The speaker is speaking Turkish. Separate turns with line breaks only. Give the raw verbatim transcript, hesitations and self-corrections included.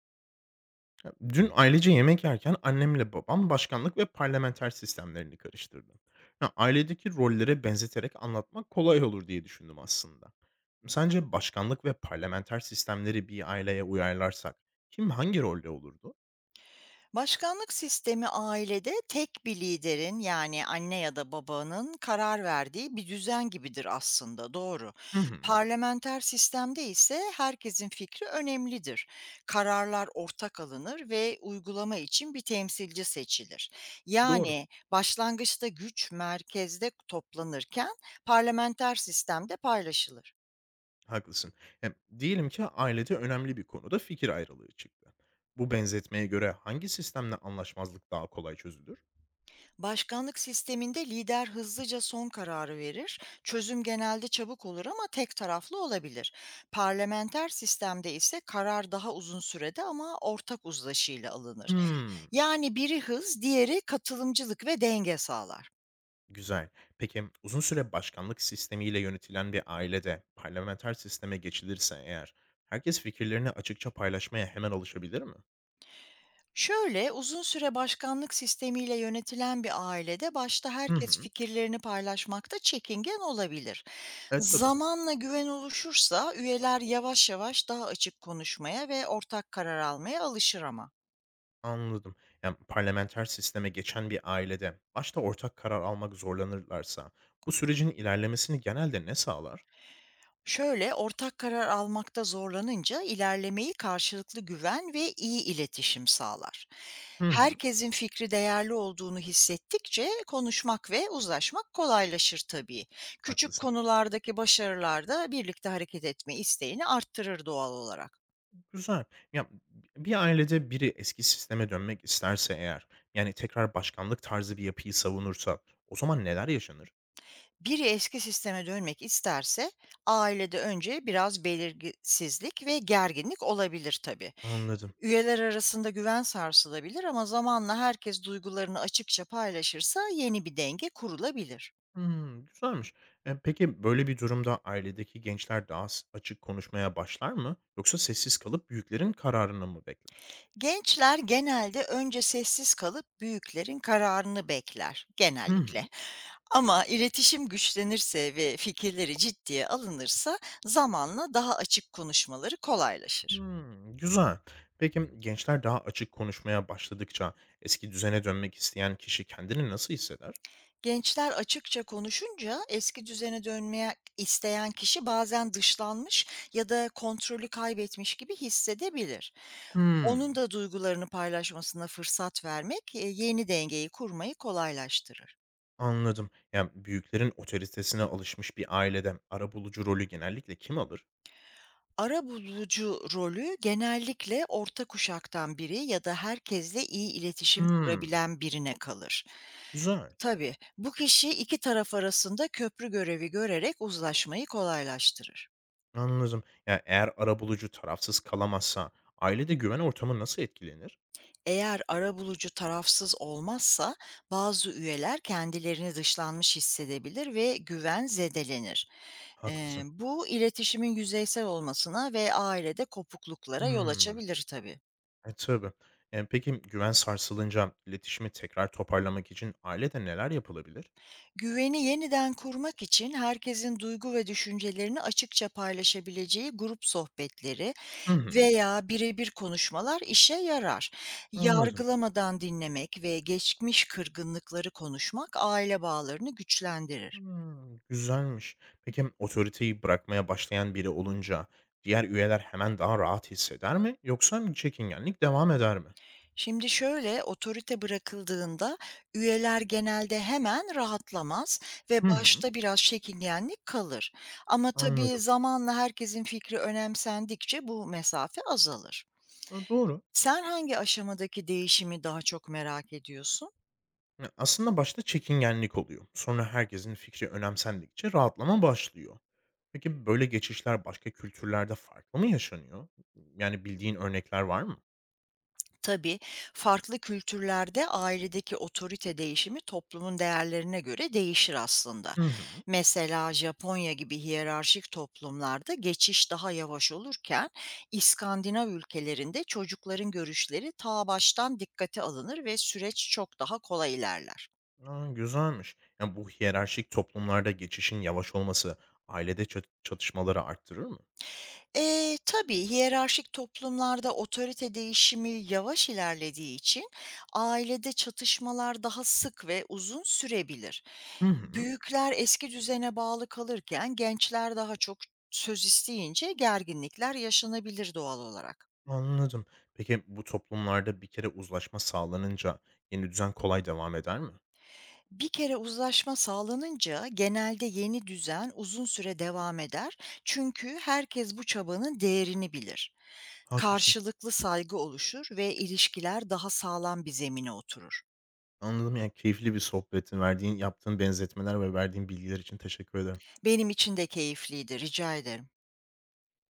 Ya, dün ailece yemek yerken annemle babam başkanlık ve parlamenter sistemlerini karıştırdı. Ya, ailedeki rollere benzeterek anlatmak kolay olur diye düşündüm aslında. Sence başkanlık ve parlamenter sistemleri bir aileye uyarlarsak kim hangi rolde olurdu?
Başkanlık sistemi ailede tek bir liderin, yani anne ya da babanın karar verdiği bir düzen gibidir aslında, doğru.
Hı hı,
Parlamenter sistemde ise herkesin fikri önemlidir. Kararlar ortak alınır ve uygulama için bir temsilci seçilir.
doğru.
Yani başlangıçta güç merkezde toplanırken parlamenter sistemde paylaşılır.
Haklısın. Ya, diyelim ki ailede önemli bir konuda fikir ayrılığı çıktı. Bu benzetmeye göre hangi sistemle anlaşmazlık daha kolay çözülür?
Başkanlık sisteminde lider hızlıca son kararı verir. Çözüm genelde çabuk olur ama tek taraflı olabilir. Parlamenter sistemde ise karar daha uzun sürede ama ortak uzlaşıyla alınır.
Hmm,
Yani biri hız, diğeri katılımcılık ve denge sağlar.
güzel. Peki uzun süre başkanlık sistemiyle yönetilen bir ailede parlamenter sisteme geçilirse eğer, herkes fikirlerini açıkça paylaşmaya hemen alışabilir mi?
Şöyle, uzun süre başkanlık sistemiyle yönetilen bir ailede başta
Hı
herkes
hı.
fikirlerini paylaşmakta çekingen olabilir.
E tabii.
Zamanla güven oluşursa üyeler yavaş yavaş daha açık konuşmaya ve ortak karar almaya alışır ama.
Anladım. Yani parlamenter sisteme geçen bir ailede başta ortak karar almak zorlanırlarsa bu sürecin ilerlemesini genelde ne sağlar?
Şöyle, ortak karar almakta zorlanınca ilerlemeyi karşılıklı güven ve iyi iletişim sağlar.
Hı hı.
Herkesin fikri değerli olduğunu hissettikçe konuşmak ve uzlaşmak kolaylaşır tabii. Küçük
Haklısın.
konulardaki başarılar da birlikte hareket etme isteğini arttırır doğal olarak.
Güzel. Ya, bir ailede biri eski sisteme dönmek isterse eğer, yani tekrar başkanlık tarzı bir yapıyı savunursa o zaman neler yaşanır?
Biri eski sisteme dönmek isterse, ailede önce biraz belirsizlik ve gerginlik olabilir tabii.
Anladım.
Üyeler arasında güven sarsılabilir ama zamanla herkes duygularını açıkça paylaşırsa yeni bir denge kurulabilir.
Hımm, güzelmiş. Eee, peki, böyle bir durumda ailedeki gençler daha s açık konuşmaya başlar mı yoksa sessiz kalıp büyüklerin kararını mı bekler?
Gençler genelde önce sessiz kalıp büyüklerin kararını bekler
Hı
genellikle.
hı.
Ama iletişim güçlenirse ve fikirleri ciddiye alınırsa zamanla daha açık konuşmaları kolaylaşır.
Hımm, güzel. Peki, gençler daha açık konuşmaya başladıkça eski düzene dönmek isteyen kişi kendini nasıl hisseder?
Gençler açıkça konuşunca eski düzene dönmeye isteyen kişi bazen dışlanmış ya da kontrolü kaybetmiş gibi hissedebilir. Onun
Hımm,
da duygularını paylaşmasına fırsat vermek, e, yeni dengeyi kurmayı kolaylaştırır.
anladım. Ya, büyüklerin otoritesine alışmış bir ailede arabulucu rolü genellikle kim alır?
Arabulucu rolü genellikle orta kuşaktan biri ya da herkesle iyi iletişim
Hımm,
kurabilen birine kalır.
güzel.
Tabii bu kişi iki taraf arasında köprü görevi görerek uzlaşmayı kolaylaştırır.
Anladım. Ya, eğer arabulucu tarafsız kalamazsa ailede güven ortamı nasıl etkilenir?
Eğer arabulucu tarafsız olmazsa, bazı üyeler kendilerini dışlanmış hissedebilir ve güven zedelenir. Eee,
Haklısın.
bu, iletişimin yüzeysel olmasına ve ailede kopukluklara yol
Hımm.
açabilir tabii.
E, tabii. Eee, peki güven sarsılınca iletişimi tekrar toparlamak için ailede neler yapılabilir?
Güveni yeniden kurmak için herkesin duygu ve düşüncelerini açıkça paylaşabileceği grup sohbetleri
Hı hı.
veya birebir konuşmalar işe yarar.
Anladım.
Yargılamadan dinlemek ve geçmiş kırgınlıkları konuşmak aile bağlarını güçlendirir.
Hımm, güzelmiş. Peki otoriteyi bırakmaya başlayan biri olunca diğer üyeler hemen daha rahat hisseder mi yoksa çekingenlik devam eder mi?
Şimdi şöyle, otorite bırakıldığında üyeler genelde hemen rahatlamaz ve
Hı hı.
başta biraz çekingenlik kalır. Ama tabii
Anladım.
zamanla herkesin fikri önemsendikçe bu mesafe azalır.
E, doğru.
Sen hangi aşamadaki değişimi daha çok merak ediyorsun?
Ya, aslında başta çekingenlik oluyor. Sonra herkesin fikri önemsendikçe rahatlama başlıyor. Peki böyle geçişler başka kültürlerde farklı mı yaşanıyor? Yani bildiğin örnekler var mı?
Tabii, farklı kültürlerde ailedeki otorite değişimi toplumun değerlerine göre değişir aslında.
Hı hı.
Mesela Japonya gibi hiyerarşik toplumlarda geçiş daha yavaş olurken, İskandinav ülkelerinde çocukların görüşleri ta baştan dikkate alınır ve süreç çok daha kolay ilerler.
Aa, güzelmiş. Yani bu hiyerarşik toplumlarda geçişin yavaş olması ailede çat- çatışmaları arttırır mı?
Eee, tabii, hiyerarşik toplumlarda otorite değişimi yavaş ilerlediği için ailede çatışmalar daha sık ve uzun sürebilir.
Hı hı.
Büyükler eski düzene bağlı kalırken gençler daha çok söz isteyince gerginlikler yaşanabilir doğal olarak.
Anladım. Peki bu toplumlarda bir kere uzlaşma sağlanınca yeni düzen kolay devam eder mi?
Bir kere uzlaşma sağlanınca genelde yeni düzen uzun süre devam eder. Çünkü herkes bu çabanın değerini bilir.
Haklısın.
Karşılıklı saygı oluşur ve ilişkiler daha sağlam bir zemine oturur.
Anladım. Yani, keyifli bir sohbetin verdiğin yaptığın benzetmeler ve verdiğin bilgiler için teşekkür ederim.
Benim için de keyifliydi, rica ederim.